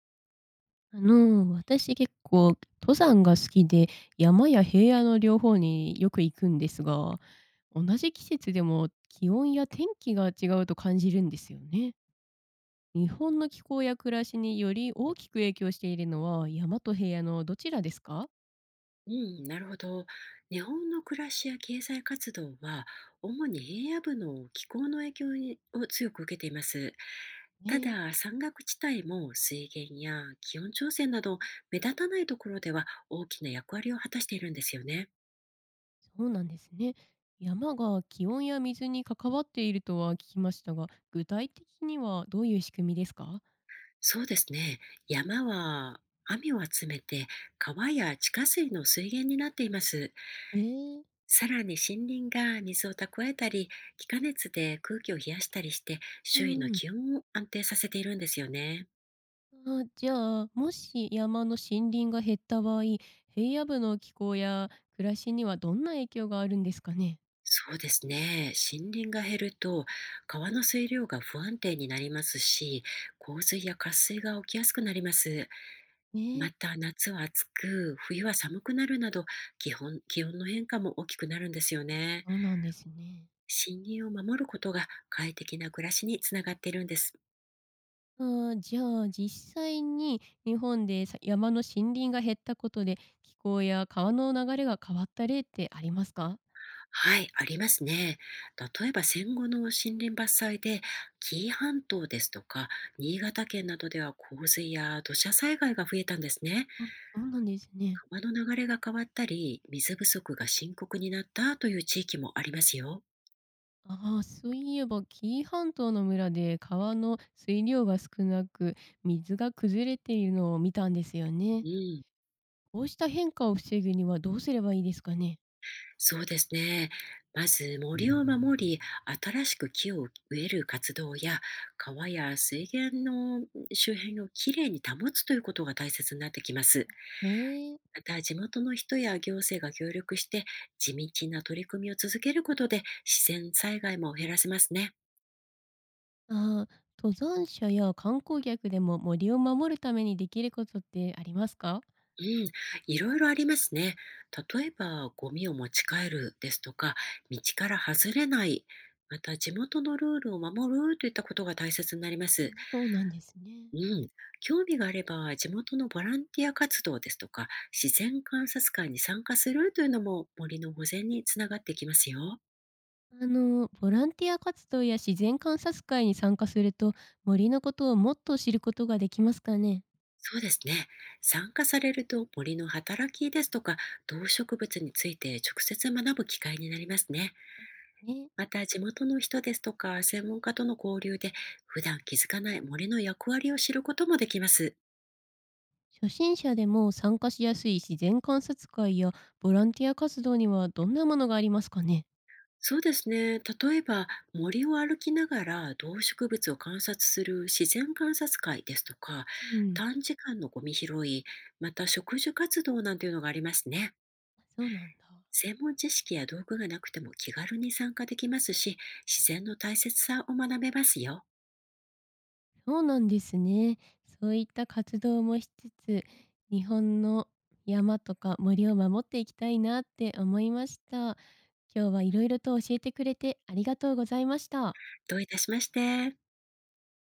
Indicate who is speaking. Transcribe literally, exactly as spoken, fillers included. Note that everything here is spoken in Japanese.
Speaker 1: あの、私結構登山が好きで、山や平野の両方によく行くんですが、同じ季節でも気温や天気が違うと感じるんですよね。日本の気候や暮らしにより大きく影響しているのは山と平野のどちらですか
Speaker 2: うん、なるほど。日本の暮らしや経済活動は、主に平野部の気候の影響にを強く受けています。た
Speaker 1: ね、
Speaker 2: だ、山岳地帯も水源や気温調整など、目立たないところでは大きな役割を果たしているんですよね。
Speaker 1: そうなんですね。山が気温や水に関わっているとは聞きましたが、具体的にはどういう仕組みですか？
Speaker 2: そうですね。山は雨を集めて、川や地下水の水源になっています。
Speaker 1: えー
Speaker 2: さらに森林が水を蓄えたり、気化熱で空気を冷やしたりして、
Speaker 1: う
Speaker 2: 周囲の
Speaker 1: ん。
Speaker 2: 気温を安定させているんですよね。
Speaker 1: あーじゃあ、もし山の森林が減った場合、平野部の気候や暮らしにはどんな影響があるんですかね。
Speaker 2: そうですね。森林が減ると、川の水量が不安定になりますし、洪水や渇水が起きやすくなります。
Speaker 1: ね
Speaker 2: ま
Speaker 1: え、
Speaker 2: た、夏は暑く、冬は寒くなるなど、基本、気温の変化も大きくなるんですよね。
Speaker 1: そうなんですね。
Speaker 2: 森林を守ることが快適な暮らしにつながっているんです。
Speaker 1: あーじゃあ実際に日本でさ、山の森林が減ったことで気候や川の流れが変わった例ってありますか？
Speaker 2: はい、ありますね。例えば戦後の森林伐採で、紀伊半島ですとか、新潟県などでは洪水や土砂災害が増えたんですね。
Speaker 1: あ、そうなんですね。
Speaker 2: 川の流れが変わったり、水不足が深刻になったという地域もありますよ。
Speaker 1: ああ、そういえば紀伊半島の村で川の水量が少なく水が崩れているのを見たんですよね。
Speaker 2: うん、
Speaker 1: こうした変化を防ぐにはどうすればいいですかね？
Speaker 2: そうですね。まず森を守り、新しく木を植える活動や、川や水源の周辺をきれいに保つということが大切になってきます。
Speaker 1: ねえ。
Speaker 2: また、地元の人や行政が協力して、地道な取り組みを続けることで、自然災害も減らせますね。
Speaker 1: ああ、登山者や観光客でも森を守るためにできることってありますか？
Speaker 2: うん、いろいろありますね。例えば、ゴミを持ち帰るですとか、道から外れない、また地元のルールを守るといったことが大切になります。
Speaker 1: あ、そうなんですね。
Speaker 2: うん、興味があれば、地元のボランティア活動ですとか、自然観察会に参加するというのも森の保全につながってきますよ。
Speaker 1: あの、ボランティア活動や自然観察会に参加すると、森のことをもっと知ることができますかね？
Speaker 2: そうですね。参加されると森の働きですとか動植物について直接学ぶ機会になりますね。
Speaker 1: ね。
Speaker 2: また地元の人ですとか専門家との交流で普段気づかない森の役割を知ることもできます。
Speaker 1: 初心者でも参加しやすい自然観察会やボランティア活動にはどんなものがありますかね？
Speaker 2: そうですね。例えば森を歩きながら動植物を観察する自然観察会ですとか
Speaker 1: うん。
Speaker 2: 短時間のゴミ拾い、また植樹活動なんていうのがありますね。
Speaker 1: そうなんだ。
Speaker 2: 専門知識や道具がなくても気軽に参加できますし、自然の大切さを学べますよ。
Speaker 1: そうなんですね。そういった活動もしつつ、日本の山とか森を守っていきたいなって思いました。今日はいろいろと教えてくれてありがとうございました。
Speaker 2: どういたしまして。